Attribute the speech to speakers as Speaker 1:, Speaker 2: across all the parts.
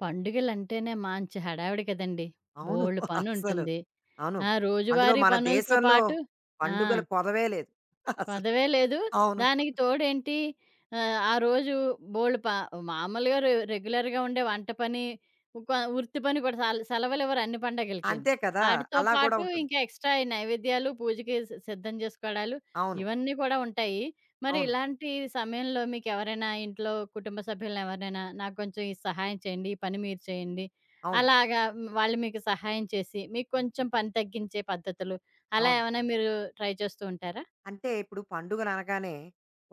Speaker 1: పండుగలంటేనే మంచి హడావిడి కదండీ!
Speaker 2: అవును.
Speaker 1: బోలెడు
Speaker 2: అస్సలు.
Speaker 1: పనుంటుంది.
Speaker 2: అవును.
Speaker 1: ఆ!
Speaker 2: అందులో
Speaker 1: రోజువారీ
Speaker 2: మన
Speaker 1: పనులతో
Speaker 2: దేశంలో
Speaker 1: పాటు ఆ!
Speaker 2: పండుగల కొదవే లేదు. అసలు.
Speaker 1: కొదవే లేదు.
Speaker 2: అవును.
Speaker 1: దానికి తోడేంటి ఆ రోజు బోలెడు మామూలుగా రెగ్యులర్‌గా ఉండే వంట పని, ఒక వృత్తి పని కూడా సెలవులివ్వరు అన్ని పండగలకిను.
Speaker 2: అంతే కదా!
Speaker 1: వాటితో
Speaker 2: అలా కూడా
Speaker 1: పాటు
Speaker 2: ఉంటుంది.
Speaker 1: ఇంకా ఎక్స్‌ట్రా ఈ నైవేద్యాలు, పూజకి సిద్ధం చేసుకోవడాలు
Speaker 2: అవును.
Speaker 1: ఇవన్నీ కూడా ఉంటాయి. మరి
Speaker 2: అవును.
Speaker 1: ఇలాంటి సమయంలో మీకెవరైనా ఇంట్లో కుటుంబ సభ్యులను ఎవరినైనా నాకు కొంచెం ఈ సహాయం చేయండి, ఈ పని మీరు చేయండి,
Speaker 2: అవును.
Speaker 1: అలాగా వాళ్ళు మీకు సహాయం చేసి మీకు కొంచెం పని తగ్గించే పద్ధతులు అలా
Speaker 2: అవును.
Speaker 1: ఏమైనా మీరు ట్రై చేస్తూ ఉంటారా?
Speaker 2: అంటే ఇప్పుడు పండుగలనగానే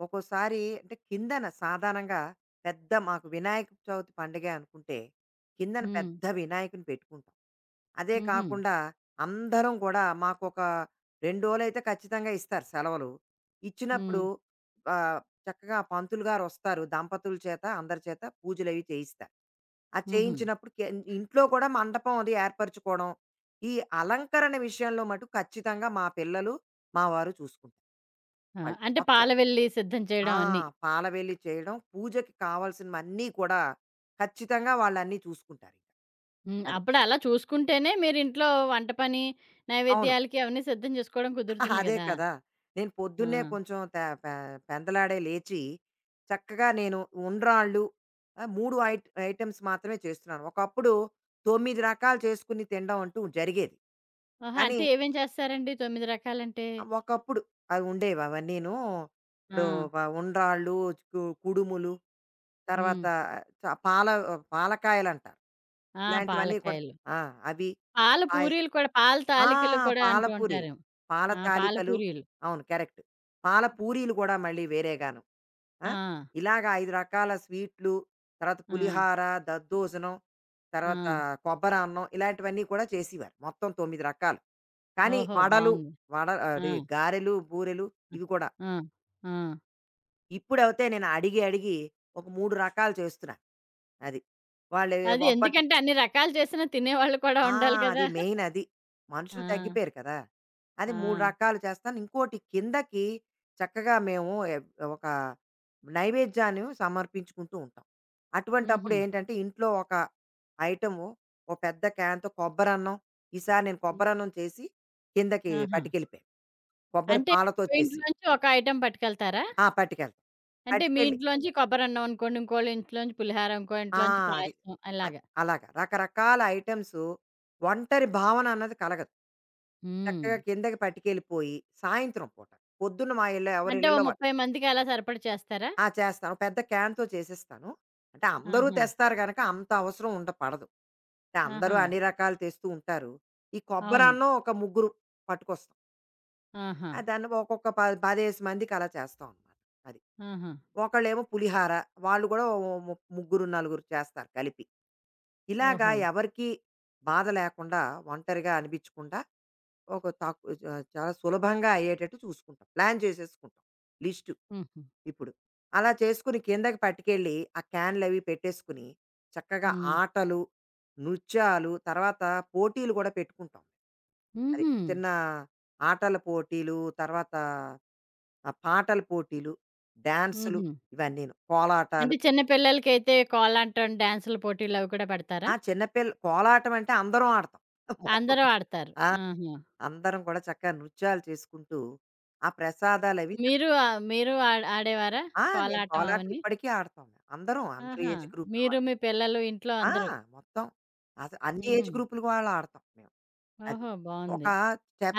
Speaker 2: ఒక్కోసారి అంటే కిందన సాధారణంగా పెద్ద మాకు వినాయక చవితి పండగే అనుకుంటే, కిందన
Speaker 1: హ్మ్.
Speaker 2: పెద్ద వినాయకుడిని పెట్టుకుంటాం. అదే
Speaker 1: హుహు.
Speaker 2: కాకుండా అందరం కూడా మాకొక 2 రోజులైతే ఖచ్చితంగా ఇస్తారు సెలవులు. ఇచ్చినప్పుడు
Speaker 1: హ్మ్.
Speaker 2: ఆహ్, చక్కగా పంతులు గారొస్తారు. దంపతుల చేత, అందరి చేత పూజలవి చేయిస్తారు. ఆ
Speaker 1: హుహు.
Speaker 2: చేయించినప్పుడు ఇంట్లో కూడా మండపం అది ఏర్పరచుకోవడం. ఈ అలంకరణ విషయంలో మటుకు ఖచ్చితంగా మా పిల్లలు, మా వారు చూసుకుంటారు.
Speaker 1: ఆ!
Speaker 2: వాళ్ళు
Speaker 1: అంటే
Speaker 2: మొత్తం
Speaker 1: పాలు వెల్లి సిద్ధం
Speaker 2: ఆ!
Speaker 1: చేయడం అన్నీ.
Speaker 2: పాలవెల్లి చేయడం, పూజకి కావాల్సినవన్నీ కూడా ఖచ్చితంగా వాళ్ళన్నీ చూసుకుంటారు.
Speaker 1: హ్మ్.
Speaker 2: ఇంకా అది.
Speaker 1: అప్పుడు అలా చూసుకుంటేనే మీరింట్లో వంట పని,
Speaker 2: అవును.
Speaker 1: నైవేద్యాలకి అవన్నీ సిద్ధం చేసుకోవడం కుదురుతుంది
Speaker 2: అదే
Speaker 1: గదా!
Speaker 2: కదా! నేను
Speaker 1: ఆ!
Speaker 2: పొద్దున్నే కొంచెం త పె పెందలాడే లేచి, చక్కగా నేను ఉండ్రాళ్ళు 3 ఐటెమ్స్ మాత్రమే చేస్తున్నాను. ఒకప్పుడు 9 రకాలు చేసుకుని తినడం అంటూ జరిగేది.
Speaker 1: ఓహో!
Speaker 2: కానీ
Speaker 1: అంటే ఏమేం చేస్తారండి 9 రకాలంటే?
Speaker 2: ఒకప్పుడు అవి ఉండేవి అవన్నీను.
Speaker 1: ఆ!
Speaker 2: ఇప్పుడు ఉండ్రాళ్ళు, కుడుములు,
Speaker 1: హ్మ్.
Speaker 2: తర్వాత చ పాల పాలకాయలంటారు.
Speaker 1: ఆ!
Speaker 2: ఇలాంటివన్నీ కూడా
Speaker 1: పాలకాయలు.
Speaker 2: ఆ! అవి,
Speaker 1: పాల
Speaker 2: పాయసం.
Speaker 1: పూరీలు కూడా పాల
Speaker 2: ఆ!
Speaker 1: తాలికలు కూడా
Speaker 2: పాల
Speaker 1: అంటూ
Speaker 2: పూరీలు.
Speaker 1: ఉంటారేమో.
Speaker 2: పాల
Speaker 1: ఆ! పాల
Speaker 2: తాలికలు.
Speaker 1: పూరీలు.
Speaker 2: అవును. కరెక్ట్. పాల పూరీలు గూడా మళ్ళీ వేరేగాను. ఆ!
Speaker 1: ఆ!
Speaker 2: ఇలాగ 5 రకాల స్వీట్లు, తర్వాత
Speaker 1: ఆ!
Speaker 2: పులిహార, దద్దోజనం, తర్వాత
Speaker 1: ఆ!
Speaker 2: కొబ్బరన్నం ఇలాంటివన్నీ కూడా చేసేవారు. మొత్తం 9 రకాలు. కానీ
Speaker 1: ఓహో!
Speaker 2: వడలు,
Speaker 1: బావుంది.
Speaker 2: వడ
Speaker 1: ఆ!
Speaker 2: అది గారెలు, బూరెలు ఇవి కూడా.
Speaker 1: ఆ! ఆ! ఆ!
Speaker 2: ఇప్పుడైతే నేను అడిగి అడిగి ఒక 3 రకాలు చేస్తున్నాను. అది. వాళ్ళు
Speaker 1: అది ఎందుకంటే అన్ని రకాలు చేసినా తినేవాళ్ళు కూడా
Speaker 2: ఆ!
Speaker 1: ఉండాలి
Speaker 2: అది
Speaker 1: కదా!
Speaker 2: మెయిన్ అది.
Speaker 1: ఆ!
Speaker 2: మనుషులు తగ్గిపోయారు కదా! అది
Speaker 1: ఆ!
Speaker 2: 3 రకాలు చేస్తాను. ఇంకోటి కిందకి చక్కగా మేము ఒక నైవేద్యాన్ని సమర్పించుకుంటూ ఉంటాం. అటువంటప్పుడు
Speaker 1: హుహు.
Speaker 2: ఏంటంటే ఇంట్లో ఒక ఐటెము ఓ పెద్ద క్యాన్‌తో కొబ్బరన్నం ఈసారి నేను
Speaker 1: హ్మ్.
Speaker 2: కొబ్బరన్నం చేసి కిందకి
Speaker 1: ఆహా!
Speaker 2: పట్టుకెళ్ళిపోయాను. కొబ్బరి
Speaker 1: అంటే
Speaker 2: పాలతో
Speaker 1: మీ
Speaker 2: చేసి.
Speaker 1: ఇంట్లోంచి ఒక ఐటెమ్ పట్టుకెళ్తారా?
Speaker 2: ఆ! పట్టుకెళ్తాం.
Speaker 1: అంటే మీ
Speaker 2: పట్టుకెళ్ళి
Speaker 1: ఇంట్లోంచి కొబ్బరన్నం అనుకోండి, ఇంకోళ్ళ ఇంట్లోంచి పులిహార, ఇంకో
Speaker 2: ఆ!
Speaker 1: ఇంట్లోంచి
Speaker 2: అది.
Speaker 1: పాయసం
Speaker 2: అది.
Speaker 1: అలాగా.
Speaker 2: అలాగా. రకరకాల ఐటెమ్స్ ఒంటరి భావన అన్నది కలగదు.
Speaker 1: హ్మ్.
Speaker 2: చక్కగా కిందకి పట్టుకెళ్ళిపోయి, సాయంత్రం పూట పొద్దున్న మా ఇళ్ళ ఎవరి
Speaker 1: అంటే ఓ
Speaker 2: ఇళ్ళలో వాళ్ళు
Speaker 1: 30 మందికి అలా సరిపడా చేస్తారా?
Speaker 2: ఆ! చేస్తాను. పెద్ద క్యాన్‌తో చేసేస్తాను. అంటే అందరూ
Speaker 1: ఆహా!
Speaker 2: తెస్తారు గనక అంత అవసరం ఉండ పడదు. అంటే అందరూ
Speaker 1: ఆహా!
Speaker 2: అన్ని రకాలు తెస్తూ ఉంటారు. ఈ
Speaker 1: అవును.
Speaker 2: కొబ్బరన్నం ఒక ముగ్గురు పట్టుకొస్తాం.
Speaker 1: ఆహా!
Speaker 2: ఆ! దాన్ని ఒక్కొక్క 10, 15 మందికి అలా చేస్తాం అనమాట. అది.
Speaker 1: ఆహా!
Speaker 2: ఒకళ్ళేమో పులిహార వాళ్ళు కూడా ఓ ముగ్గురు, నలుగురు చేస్తారు కలిపి. ఇలాగా
Speaker 1: ఓహో!
Speaker 2: ఎవరికీ బాధ లేకుండా, ఒంటరిగా అనిపించకుండా ఒక తాకు చాలా సులభంగా అయ్యేటట్టు చూసుకుంటాం. ప్లాన్ చేసేసుకుంటాం లిస్టు
Speaker 1: హుహు.
Speaker 2: ఇప్పుడు. అలా చేసుకుని కిందకి పట్టుకెళ్ళి, ఆ క్యాన్‌లవి పెట్టేసుకుని, చక్కగా
Speaker 1: హ్మ్.
Speaker 2: ఆటలు, నృత్యాలు, తర్వాత పోటీలు కూడా పెట్టుకుంటాం. అది.
Speaker 1: హుహు.
Speaker 2: చిన్న ఆటల పోటీలు, తర్వాత ఆ పాటల పోటీలు, డాన్సులు
Speaker 1: హుహు.
Speaker 2: ఇవన్నీను. కోలాటాలు.
Speaker 1: అంటే చిన్న పిల్లలకైతే కోలాటం, డాన్సుల పోటీలు అవి కూడా
Speaker 2: ఆ
Speaker 1: పెడతారా?
Speaker 2: చిన్నపిల్ల కోలాటం అంటే అందరం ఆడతాం. మొత్తం
Speaker 1: అందరూ ఆడతారు.
Speaker 2: ఆ!
Speaker 1: ఆహా!
Speaker 2: అందరం కూడా చక్కగా నృత్యాలు చేసుకుంటూ, ఆ ప్రసాదాలవి
Speaker 1: మీరు మీరు ఆడేవారా
Speaker 2: ఆ! నేను
Speaker 1: కోలాటం
Speaker 2: కోలాటం
Speaker 1: అవన్నీ?
Speaker 2: ఇప్పటికీ ఆడతాం. మేము అందరం, అందరూ
Speaker 1: ఆహా!
Speaker 2: ఏజ్ గ్రూప్‌ల
Speaker 1: మీరు,
Speaker 2: వాళ్ళు.
Speaker 1: మీ పిల్లలు ఇంట్లో
Speaker 2: ఆ!
Speaker 1: అందరూ.
Speaker 2: మొత్తం. అసలు అన్ని
Speaker 1: హుహు.
Speaker 2: ఏజ్ గ్రూప్‌ల వాళ్ళు ఆడతాం మేము. అది.
Speaker 1: ఓహో!
Speaker 2: ఒక
Speaker 1: బావుంది.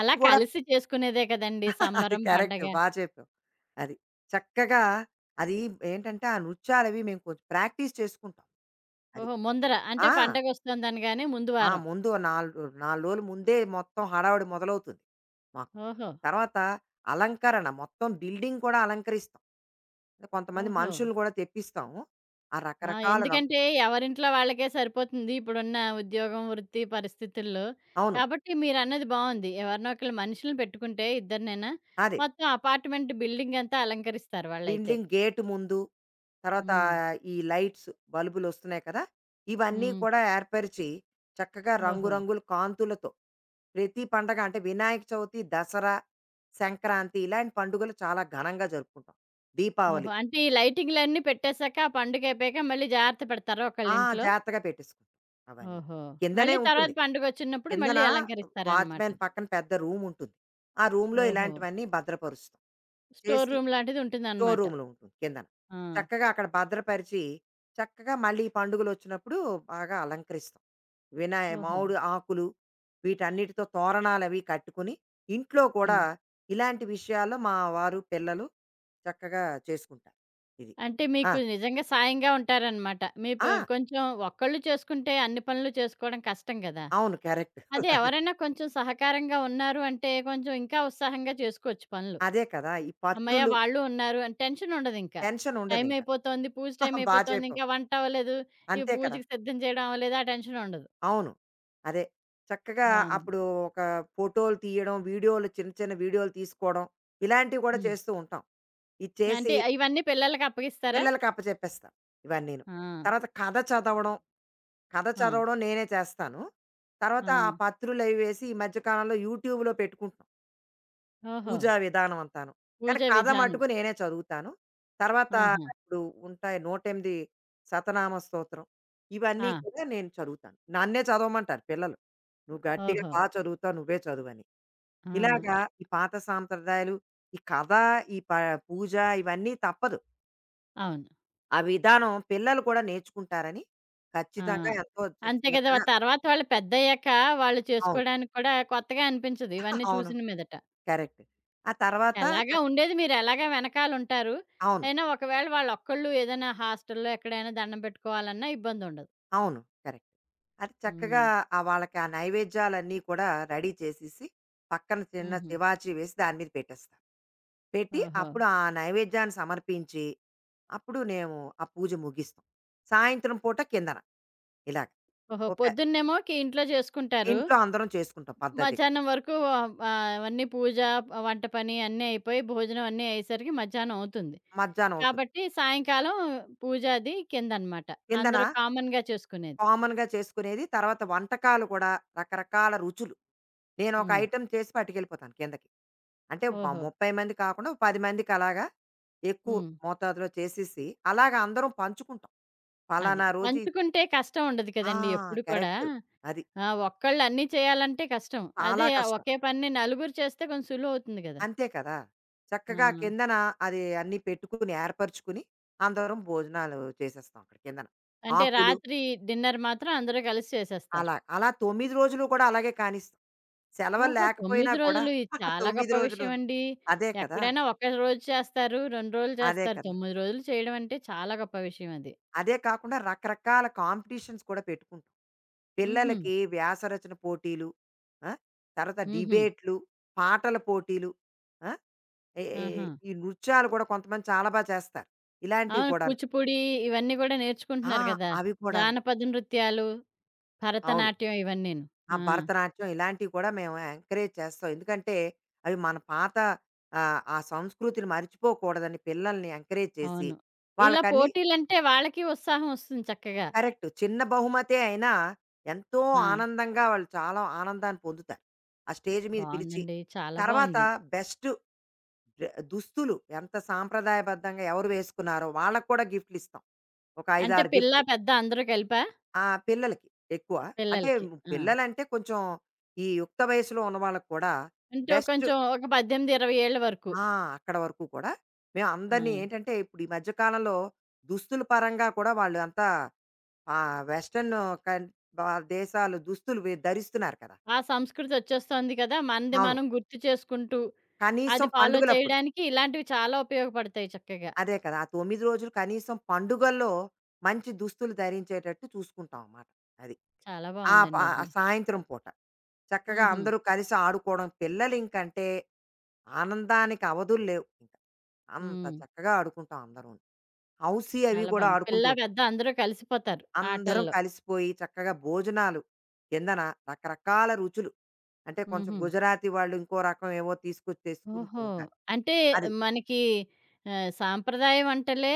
Speaker 1: అలా
Speaker 2: కూడా
Speaker 1: కలిసి చేసుకునేదే కదండీ
Speaker 2: అది
Speaker 1: సంబరం,
Speaker 2: కరెక్ట్.
Speaker 1: పండగ.
Speaker 2: బా చెప్పావు. అది. చక్కగా అది ఏంటంటే, ఆ నృత్యాలవి మేము కొంచెం ప్రాక్టీస్ చేసుకుంటాం. అది.
Speaker 1: ఓహో! ముందర అంటే
Speaker 2: ఆ!
Speaker 1: పండగొస్తోందనగానే ముందు
Speaker 2: ఆ!
Speaker 1: వారం.
Speaker 2: ముందు ఓ 4 రోజులు ముందే మొత్తం హడావుడి మొదలవుతుంది మాకు.
Speaker 1: ఓహో!
Speaker 2: తర్వాత అలంకరణ మొత్తం బిల్డింగ్ కూడా అలంకరిస్తాం. అంటే కొంతమంది
Speaker 1: ఓహో!
Speaker 2: మనుషుల్ని కూడా తెప్పిస్తాము. ఆ
Speaker 1: ఆ!
Speaker 2: రకరకాల
Speaker 1: ఎందుకంటే ఎవరింట్లో వాళ్ళకే సరిపోతుంది ఇప్పుడున్న ఉద్యోగం, వృత్తి పరిస్థితుల్లో.
Speaker 2: అవును.
Speaker 1: కాబట్టి మీరన్నది బావుంది. ఎవరినో ఒకళ్ళు మనుషుల్ని పెట్టుకుంటే ఇద్దరినైనా
Speaker 2: అదే.
Speaker 1: మొత్తం అపార్ట్‌మెంట్ బిల్డింగ్ అంతా అలంకరిస్తారు వాళ్ళైతే.
Speaker 2: బిల్డింగ్ గేట్ ముందు, తర్వాత
Speaker 1: హ్మ్.
Speaker 2: ఈ లైట్స్ బల్బులొస్తున్నాయి కదా! ఇవన్నీ
Speaker 1: హ్మ్.
Speaker 2: కూడా ఏర్పరిచి చక్కగా
Speaker 1: ఓహో!
Speaker 2: రంగురంగుల కాంతులతో ప్రతి పండగ అంటే వినాయక చవితి, దసరా, సంక్రాంతి ఇలాంటి పండుగలు చాలా ఘనంగా జరుపుకుంటాం.
Speaker 1: ఓహో!
Speaker 2: దీపావళి.
Speaker 1: అంటే ఈ లైటింగ్‌లన్నీ పెట్టేసాక, ఆ పండుగయిపోయాక మళ్ళీ జాగ్రత్త పెడతారా
Speaker 2: ఆ!
Speaker 1: ఒకళ్ళింట్లో?
Speaker 2: జాగ్రత్తగా పెట్టేసుకుంటాం అవన్నీ.
Speaker 1: ఓహో!
Speaker 2: కిందనే
Speaker 1: మళ్ళీ తర్వాత
Speaker 2: ఉంటుంది.
Speaker 1: పండుగొచ్చినప్పుడు
Speaker 2: కిందన
Speaker 1: మళ్ళీ అలంకరిస్తారనమాట.
Speaker 2: వాచ్‌మ్యాన్ పక్కన పెద్ద రూముంటుంది. ఆ రూమ్‌లో
Speaker 1: ఓహో!
Speaker 2: ఇలాంటివన్నీ భద్రపరుస్తాం.
Speaker 1: స్టోర్
Speaker 2: చేసి
Speaker 1: రూమ్ లాంటిది
Speaker 2: స్టోర్
Speaker 1: ఉంటుందనమాట.
Speaker 2: రూమ్‌లో ఉంటుంది కిందన.
Speaker 1: ఆ!
Speaker 2: చక్కగా అక్కడ భద్రపరిచి, చక్కగా మళ్ళీ పండుగలొచ్చినప్పుడు బాగా అలంకరిస్తాం. వినాయ
Speaker 1: ఓహో!
Speaker 2: మామిడి ఆకులు వీటన్నిటితో తోరణాలవి కట్టుకుని, ఇంట్లో కూడా
Speaker 1: హ్మ్.
Speaker 2: ఇలాంటి విషయాల్లో మా వారు, పిల్లలు చక్కగా చేసుకుంటారు. ఇది.
Speaker 1: అంటే
Speaker 2: ఆ!
Speaker 1: మీకు నిజంగా సాయంగా ఉంటారనమాట. మీ
Speaker 2: ఆ!
Speaker 1: కొంచెం ఒక్కళ్ళు చేసుకుంటే అన్ని పనులు చేసుకోవడం కష్టం గదా!
Speaker 2: అవును. కరెక్ట్.
Speaker 1: అదే ఎవరైనా కొంచెం సహకారంగా ఉన్నారు అంటే, కొంచెం ఇంకా ఉత్సాహంగా చేసుకోవచ్చు పనులు.
Speaker 2: అదే కదా! ఈ
Speaker 1: హమ్మయ్య!
Speaker 2: పత్రులు
Speaker 1: వాళ్ళు ఉన్నారు అని టెన్షనుండదింక.
Speaker 2: Tension
Speaker 1: time
Speaker 2: ఉండదింక.
Speaker 1: అయిపోతోంది, పూజ
Speaker 2: బా
Speaker 1: టైం అయిపోతోంది,
Speaker 2: చెప్పావు.
Speaker 1: ఇంకా వంట అవ్వలేదు, ఇవి
Speaker 2: అంతే కదా!
Speaker 1: పూజకి సిద్ధం చేయడం అవ్వలేదు, ఆ టెన్షనుండదు.
Speaker 2: అవును. అదే. చక్కగా
Speaker 1: బావుంది.
Speaker 2: అప్పుడు ఒక ఫోటోలు తీయడం, వీడియోలు చిన్న చిన్న వీడియోలు తీసుకోవడం, ఇలాంటివి కూడా
Speaker 1: హ్మ్.
Speaker 2: చేస్తూ ఉంటాం. ఇది చేసి
Speaker 1: అంటే ఇవన్నీ పిల్లలకప్పగిస్తారా?
Speaker 2: పిల్లలకి అప్పచెప్పేస్తాం ఇవన్నీను.
Speaker 1: ఆ!
Speaker 2: తర్వాత కథ చదవడం, కథ
Speaker 1: ఆ!
Speaker 2: చదవడం నేనే చేస్తాను. తర్వాత
Speaker 1: ఆ!
Speaker 2: ఆ పత్రులవి వేసి ఈ మధ్య కాలంలో యూట్యూబ్‌లో పెట్టుకుంటున్నాం.
Speaker 1: ఓహో!
Speaker 2: పూజా విధానం అంతాను. కానీ
Speaker 1: పూజ
Speaker 2: కథ
Speaker 1: విధానం.
Speaker 2: మట్టుకు నేనే చదువుతాను. తర్వాత
Speaker 1: ఆహా!
Speaker 2: ఇప్పుడు ఉంటాయి 108 సతనామ స్తోత్రం. ఇవన్నీ
Speaker 1: ఆ!
Speaker 2: కూడా నేను చదువుతాను. నన్నే చదవమంటారు పిల్లలు. "నువ్వు గట్టిగా
Speaker 1: ఓహో!
Speaker 2: బా చదువుతావు. నువ్వే చదువని."
Speaker 1: ఆ!
Speaker 2: ఇలాగా
Speaker 1: అ
Speaker 2: ఈ పాత సాంప్రదాయాలు, ఈ కథ, ఈ ప పూజ ఇవన్నీ తప్పదు.
Speaker 1: అవును.
Speaker 2: ఆ విధానం పిల్లలు కూడా నేర్చుకుంటారని
Speaker 1: ఆ!
Speaker 2: ఖచ్చితంగా ఎంతో
Speaker 1: అంతే కదా!
Speaker 2: శ్రద్ధగా
Speaker 1: తర్వాత వాళ్ళు పెద్దయ్యాక వాళ్ళు
Speaker 2: అవును.
Speaker 1: చేసుకోవడానికి కూడా కొత్తగా అనిపించదు ఇవన్నీ
Speaker 2: అవును.
Speaker 1: చూసిన మీదట.
Speaker 2: కరెక్ట్. ఆ తర్వాత
Speaker 1: ఎలాగా
Speaker 2: చక్
Speaker 1: ఉండేది మీరెలాగా వెనకాలుంటారు.
Speaker 2: అవును.
Speaker 1: అయినా ఒకవేళ వాళ్ళొక్కళ్ళు ఏదైనా హాస్టల్‌లో ఎక్కడైనా దండం పెట్టుకోవాలన్నా ఇబ్బందుండదు.
Speaker 2: అవును. కరెక్ట్. అది చక్కగా
Speaker 1: హ్మ్.
Speaker 2: ఆ వాళ్ళకి ఆ నైవేద్యాలన్నీ కూడా రెడీ చేసేసి, పక్కన చిన్న
Speaker 1: హుహు.
Speaker 2: తివాచీ వేసి దాని మీద పెట్టేస్తాను. పెట్టి
Speaker 1: ఓహో!
Speaker 2: అప్పుడు ఆ నైవేద్యాన్ని సమర్పించి, అప్పుడు మేము ఆ పూజ ముగిస్తాం. సాయంత్రం పూట కిందన ఇలాగ.
Speaker 1: ఓహో!
Speaker 2: ఓ పె
Speaker 1: పొద్దున్నేమో ఇంట్లో చేసుకుంటారు.
Speaker 2: ఇంట్లో అందరం చేసుకుంటాం పద్ధతిగా.
Speaker 1: మధ్యాహ్నం వరకు అవన్నీ పూజ, వంట పని అన్నీ అయిపోయి, భోజనం అన్నీ అయ్యేసరికి మధ్యాహ్నం అవుతుంది.
Speaker 2: మధ్యాహ్నం అవుతుంది.
Speaker 1: కాబట్టి సాయంకాలం పూజ అది కిందనమాట.
Speaker 2: కిందన
Speaker 1: అందరూ కామన్‌గా చేసుకునేది.
Speaker 2: కామన్‌గా చేసుకునేది. తర్వాత వంటకాలు కూడా రకరకాల రుచులు. నేనొక
Speaker 1: హ్మ్.
Speaker 2: ఐటెమ్ చేసి పట్టుకెళ్ళిపోతాను కిందకి. అంటే
Speaker 1: ఓహో!
Speaker 2: 30 మంది కాకుండా ఓ 10 మందికి అలాగా ఎక్కువ
Speaker 1: హ్మ్.
Speaker 2: మోతాదులో చేసేసి, అలాగా అందరం పంచుకుంటాం.
Speaker 1: అది.
Speaker 2: పలానా రోజు ఇది
Speaker 1: పంచుకుంటే కష్టం ఉండదు
Speaker 2: ఆ!
Speaker 1: కదండీ ఎప్పుడు కూడా.
Speaker 2: కరెక్ట్. అది.
Speaker 1: ఆ! ఒక్కళ్ళు అన్నీ చేయాలంటే కష్టం.
Speaker 2: చాలా
Speaker 1: అదే
Speaker 2: కష్టం.
Speaker 1: ఒకే పని నలుగురు చేస్తే కొంచెం సులువవుతుంది గదా!
Speaker 2: అంతే కదా! చక్కగా
Speaker 1: ఆ!
Speaker 2: కిందన అది అన్నీ పెట్టుకుని, ఏర్పరుచుకుని అందరం భోజనాలు చేసేస్తాం అక్కడ కిందన.
Speaker 1: అంటే
Speaker 2: ఆకులు
Speaker 1: రాత్రి డిన్నర్ మాత్రం అందరూ కలిసి చేసేస్తారు.
Speaker 2: అలా. అలా 9 రోజులు కూడా అలాగే కానిస్తాం. సెలవులు
Speaker 1: ఓహో!
Speaker 2: లేకపోయినా
Speaker 1: 9
Speaker 2: కూడా
Speaker 1: రోజులు ఇది చాలా
Speaker 2: 9
Speaker 1: గొప్ప విషయం
Speaker 2: రోజులును.
Speaker 1: అండి.
Speaker 2: అదే కదా!
Speaker 1: ఎక్కడైనా ఒక రోజు చేస్తారు, 2 రోజులు
Speaker 2: అదే
Speaker 1: చేస్తారు.
Speaker 2: కదా!
Speaker 1: 9 రోజులు చేయడం అంటే చాలా గొప్ప విషయం అది.
Speaker 2: అదే కాకుండా రకరకాల కాంపిటీషన్స్ కూడా పెట్టుకుంటాం.
Speaker 1: హుహు.
Speaker 2: పిల్లలకి వ్యాసరచన పోటీలు, ఆ! తర్వాత
Speaker 1: హుహు.
Speaker 2: డిబేట్లు, పాటల పోటీలు, ఆ! ఏ ఏ
Speaker 1: ఆహా!
Speaker 2: ఈ నృత్యాలు కూడా కొంతమంది చాలా బా చేస్తారు. ఇలాంటివి
Speaker 1: అవును.
Speaker 2: కూడాను.
Speaker 1: కూచిపూడి ఇవన్నీ గూడా
Speaker 2: ఆ!
Speaker 1: నేర్చుకుంటున్నారు గదా!
Speaker 2: అవి కూడాను.
Speaker 1: జానపద నృత్యాలు,
Speaker 2: అవును.
Speaker 1: భరతనాట్యం ఇవన్నీను.
Speaker 2: ఆ
Speaker 1: ఆ!
Speaker 2: భరతనాట్యం ఇలాంటివి కూడా మేము ఎంకరేజ్ చేస్తాం. ఎందుకంటే అవి మన పాత ఆ సంస్కృతిని మర్చిపోకూడదని పిల్లల్ని ఎంకరేజ్ చేసి,
Speaker 1: అవును. ఇలా
Speaker 2: వాళ్ళకన్నీ
Speaker 1: పోటీలంటే వాళ్ళకి ఉత్సాహం వస్తుంది చక్కగా.
Speaker 2: కరెక్ట్. చిన్న బహుమతే అయినా ఎంతో
Speaker 1: ఆ!
Speaker 2: ఆనందంగా వాళ్ళు చాలా ఆనందాన్ని పొందుతారు. ఆ స్టేజ్ మీద పిలిచి.
Speaker 1: బావుందండి. చాలా
Speaker 2: తర్వాత
Speaker 1: బావుంది.
Speaker 2: బెస్ట్ దుస్తులు ఎంత సాంప్రదాయబద్ధంగా ఎవరు వేసుకున్నారో వాళ్ళకి కూడా గిఫ్ట్‌లు ఇస్తాం. ఒక 5,
Speaker 1: అంటే
Speaker 2: 6
Speaker 1: పిల్లా,
Speaker 2: గిఫ్ట్‌లు.
Speaker 1: పెద్ద అందరూ కలిపా?
Speaker 2: ఆ! పిల్లలకి ఎక్కువ. అంటే
Speaker 1: పిల్లలకి. ఆ!
Speaker 2: పిల్లలంటే కొంచెం ఈ యుక్త వయసులో ఉన్న వాళ్ళకి కూడా
Speaker 1: అంటే ఓ
Speaker 2: బెస్ట్
Speaker 1: కొంచెం ఒక 18, 20 ఏళ్ల వరకు.
Speaker 2: ఆ! అక్కడ వరకు కూడా మేము
Speaker 1: ఆ!
Speaker 2: అందరినీ ఏంటంటే ఇప్పుడు ఈ మధ్య కాలంలో దుస్తుల పరంగా కూడా వాళ్ళు అంతా వెస్టర్న్ కన్ వ దేశాలు దుస్తులు వి ధరిస్తున్నారు కదా!
Speaker 1: ఆ సంస్కృతొచ్చేస్తోంది కదా! మనది
Speaker 2: అవును.
Speaker 1: మనం గుర్తు చేసుకుంటూ,
Speaker 2: కనీసం
Speaker 1: అది ఫాలో
Speaker 2: పండుగలప్పుడు.
Speaker 1: చేయడానికి ఇలాంటివి చాలా ఉపయోగపడతాయి చక్కగా.
Speaker 2: అదే కదా! ఆ 9 రోజులు కనీసం పండుగల్లో మంచి దుస్తులు ధరించేటట్టు చూసుకుంటాం అన్నమాట. అది.
Speaker 1: చాలా
Speaker 2: ఆ! ప
Speaker 1: బావుందండి
Speaker 2: ఆ
Speaker 1: అది.
Speaker 2: సాయంత్రం పూట. చక్కగా
Speaker 1: హుహు.
Speaker 2: అందరూ కలిసి ఆడుకోవడం. పిల్లలింకంటే ఆనందానికి అవధులు లేవు ఇంక. అంత
Speaker 1: హ్మ్.
Speaker 2: చక్కగా ఆడుకుంటాం అందరూను. హౌసీ అవి
Speaker 1: చాలా
Speaker 2: కూడా
Speaker 1: బావుంది.
Speaker 2: ఆడుకుంటూ
Speaker 1: పిల్లా,
Speaker 2: ఉంటాం.
Speaker 1: పెద్ద అందరూ కలిసిపోతారు
Speaker 2: అందరం
Speaker 1: ఆటల్లో.
Speaker 2: కలిసిపోయి చక్కగా భోజనాలు కిందన రకరకాల రుచులు. అంటే కొంచెం
Speaker 1: హుహు.
Speaker 2: గుజరాతీ వాళ్ళు ఇంకో రకం ఏవో తీసుకొచ్చి తెచ్చుకుంటూ
Speaker 1: ఓహో!
Speaker 2: ఉంటారు.
Speaker 1: అంటే
Speaker 2: అది.
Speaker 1: మనకి సాంప్రదాయ వంటలే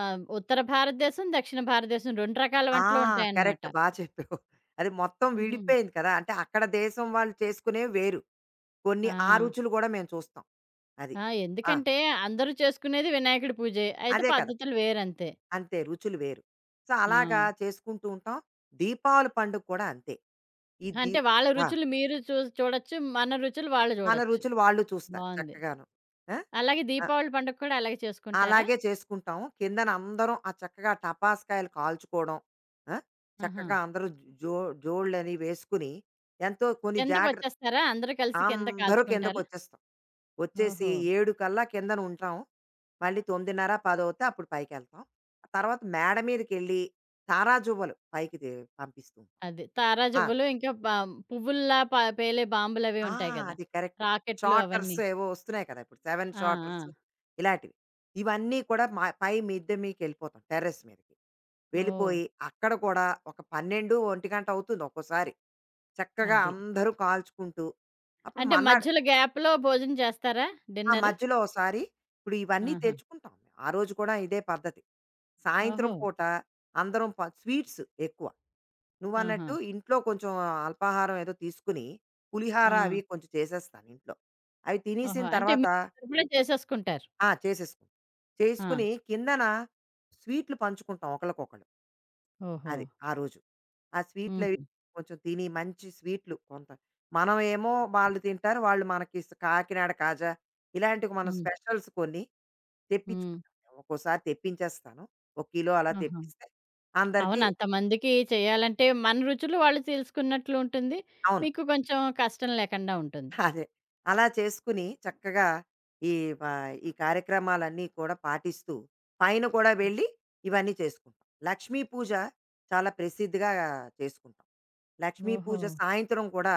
Speaker 1: ఉత్తర భారతదేశం, దక్షిణ భారతదేశం 2 రకాల
Speaker 2: ఆ!
Speaker 1: వంటలు ఉంటాయన్నమాట.
Speaker 2: కరెక్ట్. బా చెప్పావు. అది మొత్తం
Speaker 1: హుహు.
Speaker 2: విడిపోయింది కదా! అంటే అక్కడ దేశం వాళ్ళు చేసుకునేవి వేరు.
Speaker 1: ఆ!
Speaker 2: కొన్ని ఆ రుచులు గూడా మేము చూస్తాం. అది.
Speaker 1: ఆ!
Speaker 2: ఆ!
Speaker 1: ఎందుకంటే అందరూ చేసుకునేది వినాయకుడి పూజే. అయితే
Speaker 2: అదే కదా!
Speaker 1: పద్ధతులు వేరంతే.
Speaker 2: అంతే రుచులు వేరు. సో,
Speaker 1: ఆ!
Speaker 2: అలాగా చేసుకుంటూ ఉంటాం. దీపావళి పండుగ కూడా అంతే. ఈ దీ
Speaker 1: అంటే వాళ్ళ
Speaker 2: ఆ!
Speaker 1: రుచులు మీరు చూడొచ్చు. మన రుచులు వాళ్ళు
Speaker 2: మన
Speaker 1: చూడొచ్చు.
Speaker 2: రుచులు వాళ్ళు చూస్తారు
Speaker 1: బావుంది.
Speaker 2: చక్కగాను. ఆ!
Speaker 1: అలాగే
Speaker 2: ఆ!
Speaker 1: దీపావళి పండుగ కూడా అలాగే చేసుకుంటారా?
Speaker 2: అలాగే చేసుకుంటాం. కిందన అందరం ఆ చక్కగా టపాస్కాయలు కాల్చుకోవడం. ఆ!
Speaker 1: ఆహా!
Speaker 2: చక్కగా అందరూ జో జోళ్ళని వేసుకుని ఎంతో కొన్ని జాగ్ర
Speaker 1: కిందకొచ్చేస్తారా? అందరూ కలిసి కింద
Speaker 2: అందరూ
Speaker 1: కాల్చుకుంటారా?
Speaker 2: కిందకొచ్చేస్తాం. వచ్చేసి
Speaker 1: ఓహో!
Speaker 2: 7 కల్లా కిందన ఉంటాం. మళ్ళీ 9:30, 10 అవుతే అప్పుడు పైకెళ్తాం. తర్వాత మేడ మీదకెళ్ళి తారాజువ్వలు పైకి పంపిస్తూ ఉంటాం.
Speaker 1: అది.
Speaker 2: ఆ!
Speaker 1: తారాజువ్వలు ఇంకా పువ్వుల్లా పేలే బాంబులవి
Speaker 2: ఆ!
Speaker 1: ఉంటాయి కదా!
Speaker 2: అది కరెక్ట్.
Speaker 1: రాకెట్లు
Speaker 2: షార్టర్స్
Speaker 1: అవన్నీ.
Speaker 2: ఏవో వస్తున్నాయి కదా! ఇప్పుడు 7
Speaker 1: ఆ!
Speaker 2: షార్టర్స్
Speaker 1: ఆ!
Speaker 2: ఇలాంటివి. ఇవన్నీ కూడా మా పై మిద్దె మీదకెళ్ళిపోతాం టెర్రస్ మీదకి.
Speaker 1: ఓహ్!
Speaker 2: వెళ్ళిపోయి అక్కడ కూడా ఒక 12, 1 గంట అవుతుంది ఒక్కోసారి. చక్కగా
Speaker 1: అది.
Speaker 2: అందరూ కాల్చుకుంటూ అప్పుడు
Speaker 1: అంటే
Speaker 2: మన్నాడు
Speaker 1: మధ్యలో గ్యాప్‌లో భోజనం చేస్తారా?
Speaker 2: ఆ!
Speaker 1: డిన్నరు?
Speaker 2: మధ్యలో ఓసారి ఇప్పుడు ఇవన్నీ
Speaker 1: ఆహా!
Speaker 2: తెచ్చుకుంటాం. మేము. ఆ రోజు కూడా ఇదే పద్ధతి. సాయంత్రం
Speaker 1: ఓహో!
Speaker 2: పూట అందరం ప స్వీట్స్ ఎక్కువ.
Speaker 1: ఆహా!
Speaker 2: నువ్వన్నట్టు ఇంట్లో కొంచెం అల్పాహారం ఏదో తీసుకుని,
Speaker 1: ఆ!
Speaker 2: పులిహార అవి కొంచెం చేసేస్తాను ఇంట్లో. అవి
Speaker 1: ఓహో!
Speaker 2: తినేసిన
Speaker 1: అంటే
Speaker 2: తర్వాత
Speaker 1: మీరు సరిపడా చేసేసుకుంటారు.
Speaker 2: ఆ! చేసేసుకుంటాం.
Speaker 1: ఆ!
Speaker 2: చేసుకుని కిందన స్వీట్లు పంచుకుంటాం ఒకళ్ళకొకళ్ళు.
Speaker 1: ఓహో!
Speaker 2: అది. ఆ రోజు. ఆ స్వీట్లవి
Speaker 1: హుహు.
Speaker 2: కొంచెం తిని మంచి స్వీట్లు కొంత మనం ఏమో వాళ్ళు తింటారు. వాళ్ళు మనకి స్ కాకినాడ కాజా ఇలాంటివి మనం
Speaker 1: హ్మ్.
Speaker 2: స్పెషల్స్ కొన్ని
Speaker 1: హ్మ్.
Speaker 2: తెప్పించుకుంటాం. ఒక్కోసారి తెప్పించేస్తాను. ఒక కిలో అలా
Speaker 1: ఆహా!
Speaker 2: తెప్పిస్తే అందరికీ
Speaker 1: అవును. అంతమందికి చేయాలంటే మన రుచులు వాళ్ళు తెలుసుకున్నట్లు ఉంటుంది.
Speaker 2: అవును.
Speaker 1: మీకు కొంచెం కష్టం లేకుండా ఉంటుంది.
Speaker 2: అదే. అలా చేసుకుని చక్కగా ఈ వ ఈ కార్యక్రమాలన్నీ కూడా పాటిస్తూ, పైన కూడా వెళ్ళి ఇవన్నీ చేసుకుంటాం. లక్ష్మీ పూజ చాలా ప్రసిద్ధిగా చేసుకుంటాం. లక్ష్మీ పూజ
Speaker 1: ఓహో!
Speaker 2: సాయంత్రం కూడా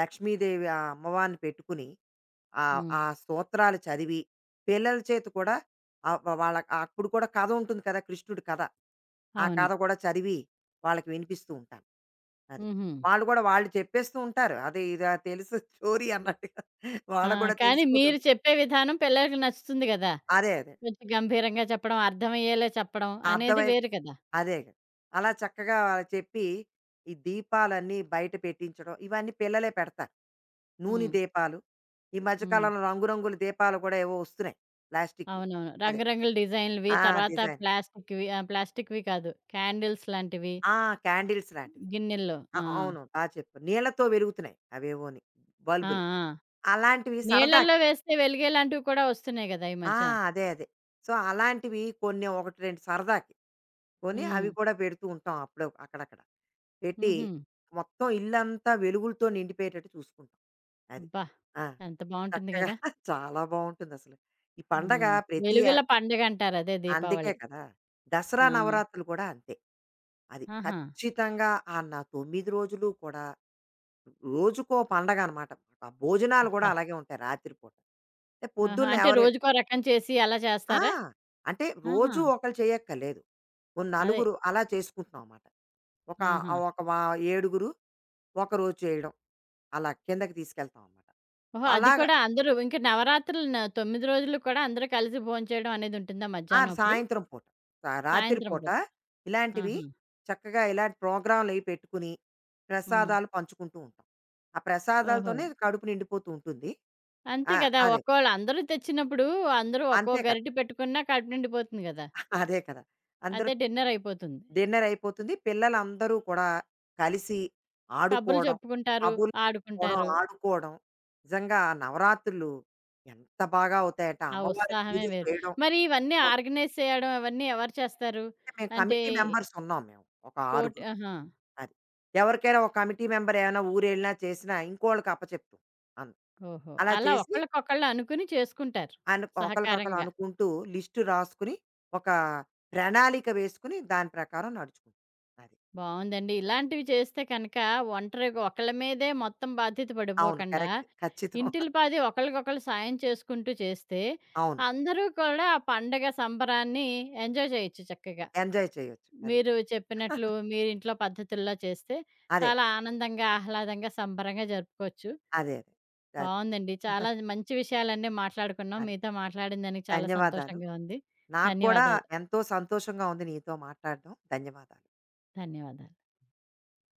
Speaker 2: లక్ష్మీదేవి ఆ అమ్మవారిని పెట్టుకుని ఆ
Speaker 1: హ్మ్.
Speaker 2: ఆ సూత్రాలు చదివి పిల్లల చేత కూడా వాళ్ళ అప్పుడు కూడా కథ ఉంటుంది కదా కృష్ణుడి కథ ఆ
Speaker 1: అవును.
Speaker 2: కథ కూడా చదివి వాళ్ళకి వినిపిస్తూ ఉంటాను అది
Speaker 1: హుహు.
Speaker 2: వాళ్ళు కూడా వాళ్ళు చెప్పేస్తూ ఉంటారు అదే ఇది ఆ తెలుసు స్టోరీ అన్నట్టుగా
Speaker 1: ఆ!
Speaker 2: వాళ్ళకు కూడా
Speaker 1: కానీ మీరు
Speaker 2: తెలిసిపోతుంది
Speaker 1: చెప్పే విధానం పిల్లలకి నచ్చుతుంది గదా!
Speaker 2: అదే అదే
Speaker 1: కొంచెం గంభీరంగా చెప్పడం, అర్థమయ్యేలా చెప్పడం అనేది
Speaker 2: అర్థమై
Speaker 1: వేరు కదా!
Speaker 2: అదే కదా. అలా చక్కగా వాళ్ళకి చెప్పి ఈ దీపాలన్నీ బయట పెట్టించడం ఇవన్నీ పిల్లలే పెడతారు నూనె
Speaker 1: హ్మ్.
Speaker 2: దీపాలు ఈ
Speaker 1: హ్మ్.
Speaker 2: మధ్యకాలంలో రంగురంగుల దీపాలు కూడా ఏవో వస్తున్నాయి ప్లాస్టిక్వి
Speaker 1: అవునవును.
Speaker 2: అదే
Speaker 1: రంగురంగుల డిజైన్‌లువి,
Speaker 2: ఆ!
Speaker 1: తర్వాత
Speaker 2: డిజైన్.
Speaker 1: ప్లాస్టిక్‌వి ఆ! ప్లాస్టిక్‌వి కాదు. క్యాండిల్స్ లాంటివి
Speaker 2: ఆ! క్యాండిల్స్ లాంటివి.
Speaker 1: గిన్నెల్లో. ఆ!
Speaker 2: అవును. బా చెప్పావు. నీళ్ళతో వెలుగుతున్నాయి అవేవోని
Speaker 1: ఆ!
Speaker 2: బల్బులు.
Speaker 1: ఆ!
Speaker 2: అలాంటివి
Speaker 1: నీళ్ళల్లో
Speaker 2: సరదాకి.
Speaker 1: వేస్తే వెలిగేలాంటివి కూడా వస్తున్నాయి గదా! ఈ
Speaker 2: ఆ!
Speaker 1: మధ్య.
Speaker 2: అదే. సో, అలాంటివి కొన్ని 1, 2 సరదాకి కొని అవి
Speaker 1: హ్మ్.
Speaker 2: కూడా పెడుతూ ఉంటాం అప్పుడో అక్కడక్కడ. పెట్టి
Speaker 1: హుహు.
Speaker 2: మొత్తం ఇల్లంతా వెలుగులతో నిండిపోయేటట్టు చూసుకుంటాం. అది.
Speaker 1: అబ్బా!
Speaker 2: ఆ!
Speaker 1: ఎంత బావుంటుంది
Speaker 2: చక్కగా
Speaker 1: గదా!
Speaker 2: చాలా బావుంటుందసలు. ఈ పండగ
Speaker 1: హ్మ్.
Speaker 2: ప్రతి ఏ
Speaker 1: వెలుగుల పండుగ అంటారు అదే
Speaker 2: అందుకే
Speaker 1: దీపావళి.
Speaker 2: కదా! దసరా
Speaker 1: ఆ!
Speaker 2: నవరాత్రులు కూడా అంతే. అది
Speaker 1: ఆహా!
Speaker 2: ఖచ్చితంగా ఆ నా 9 రోజులు కూడా రోజుకో పండగనమాట. ఆ భోజనాలు కూడా
Speaker 1: అబ్బా!
Speaker 2: అలాగే ఉంటాయి రాత్రి పూట. అంటే
Speaker 1: ఆహా!
Speaker 2: పొద్దున్న
Speaker 1: అంటే
Speaker 2: ఎవరు
Speaker 1: రోజుకో రకం చేసి అలా
Speaker 2: ఆ!
Speaker 1: చేస్తారా?
Speaker 2: అంటే
Speaker 1: ఆహా!
Speaker 2: రోజూ ఒకళ్ళు చేయక్కర్లేదు. ఓ
Speaker 1: అదే.
Speaker 2: నలుగురు అలా చేసుకుంటున్నామమాట. ఒక
Speaker 1: ఆహా!
Speaker 2: ఒక వ ఏడుగురు ఒకరోజు చేయడం. అలా కిందకి తీసుకెళ్తామనమాట.
Speaker 1: ఓహో! అది
Speaker 2: అలాగ
Speaker 1: కూడా అందరూ ఇంకా నవరాత్రులు 9 రోజులు కూడా అందరూ కలిసి భోంచేయడం అనేదుంటుందా
Speaker 2: ఆ!
Speaker 1: మధ్యాహ్నం అప్పుడు?
Speaker 2: సాయంత్రం పూట. రాత్రి
Speaker 1: సాయంత్రం
Speaker 2: పూట
Speaker 1: పూట.
Speaker 2: ఇలాంటివి
Speaker 1: ఆహా!
Speaker 2: చక్కగా ఇలాంటి ప్రోగ్రామ్‌లవి పెట్టుకుని,
Speaker 1: హ్మ్.
Speaker 2: ప్రసాదాలు పంచుకుంటూ ఉంటాం. ఆ
Speaker 1: ఓహో!
Speaker 2: ప్రసాదాలతోనే కడుపు నిండిపోతూ ఉంటుంది.
Speaker 1: అంతే
Speaker 2: ఆ!
Speaker 1: కదా!
Speaker 2: అదే.
Speaker 1: ఒక్కోళ్ళు అందరూ తెచ్చినప్పుడు అందరూ ఒక్కో
Speaker 2: అంతే కదా!
Speaker 1: గరిటె పెట్టుకున్నా కడుపు నిండిపోతుంది కదా!
Speaker 2: అదే కదా! అందరూ
Speaker 1: అదే డిన్నర్ అయిపోతుంది.
Speaker 2: డిన్నర్ అయిపోతుంది. పిల్లలందరూ కూడా కలిసి
Speaker 1: కబుర్లు
Speaker 2: ఆడుకోవడం,
Speaker 1: చెప్పుకుంటారు,
Speaker 2: కబుర్లు చెప్పుకోవడం,
Speaker 1: ఆడుకుంటారు.
Speaker 2: ఆడుకోవడం. నిజంగా ఆ నవరాత్రులు ఎంత బాగా అవుతాయంటే,
Speaker 1: ఆ
Speaker 2: అమ్మవారి
Speaker 1: ఉత్సాహమే
Speaker 2: పూజలు
Speaker 1: వేరు.
Speaker 2: చేయడం.
Speaker 1: మరి ఇవన్నీ
Speaker 2: ఓ,
Speaker 1: ఆర్గనైజ్ చేయడం అవన్నీ ఎవరు చేస్తారు?
Speaker 2: అంటే మేము
Speaker 1: అంటే
Speaker 2: కమిటీ మెంబర్స్ ఉన్నాం మేము. ఒక
Speaker 1: పోటీ
Speaker 2: ఆరుగురు.
Speaker 1: ఆహా!
Speaker 2: అది. ఎవరికైనా ఒక కమిటీ మెంబర్ ఏమైనా ఊరెళ్ళినా చేసినా ఇంకోళ్ళకి అప్పచెప్తాం. అన్
Speaker 1: ఓహో!
Speaker 2: అలా
Speaker 1: అలా
Speaker 2: చేసి
Speaker 1: ఒకళ్ళకొకళ్ళు అనుకుని చేసుకుంటారు
Speaker 2: అను ఒకళ్ళకొకళ్ళు
Speaker 1: సహకారంగా.
Speaker 2: అనుకుంటూ లిస్ట్ రాసుకుని, ఒక ప్రణాళిక వేసుకుని దాని ప్రకారం నడుచుకుంటాం. అది.
Speaker 1: బావుందండి. ఇలాంటివి చేస్తే కనక ఒంటరిగా ఒకళ్ళ మీదే మొత్తం బాధ్యత
Speaker 2: అవును.
Speaker 1: పడిపోకండా,
Speaker 2: కరెక్ట్. ఖచ్చితం.
Speaker 1: ఇంటిల్లిపాది ఒకళ్ళకొకళ్ళు సాయం చేసుకుంటూ చేస్తే,
Speaker 2: అవును.
Speaker 1: అందరూ కూడా ఆ పండగ సంబరాన్ని ఎంజాయ్ చేయొచ్చు చక్కగా.
Speaker 2: ఎంజాయ్ చేయొచ్చు. అది.
Speaker 1: మీరు చెప్పినట్లు మీరింట్లో పద్ధతుల్లో చేస్తే,
Speaker 2: అదే.
Speaker 1: చాలా ఆనందంగా, ఆహ్లాదంగా, సంబరంగా జరుపుకోవచ్చు.
Speaker 2: అదే. అదే. అది.
Speaker 1: బావుందండి. చాలా మంచి విషయాలన్నీ మాట్లాడుకున్నాం.
Speaker 2: అదే.
Speaker 1: మీతో మాట్లాడిన దానికి చాలా
Speaker 2: ధన్యవాదాలు.
Speaker 1: సంతోషంగా ఉంది.
Speaker 2: నాకు కూడా
Speaker 1: ధన్యవాదాలు.
Speaker 2: ఎంతో సంతోషంగా ఉంది నీతో మాట్లాడడం. ధన్యవాదాలు.
Speaker 1: ధన్యవాదాలు.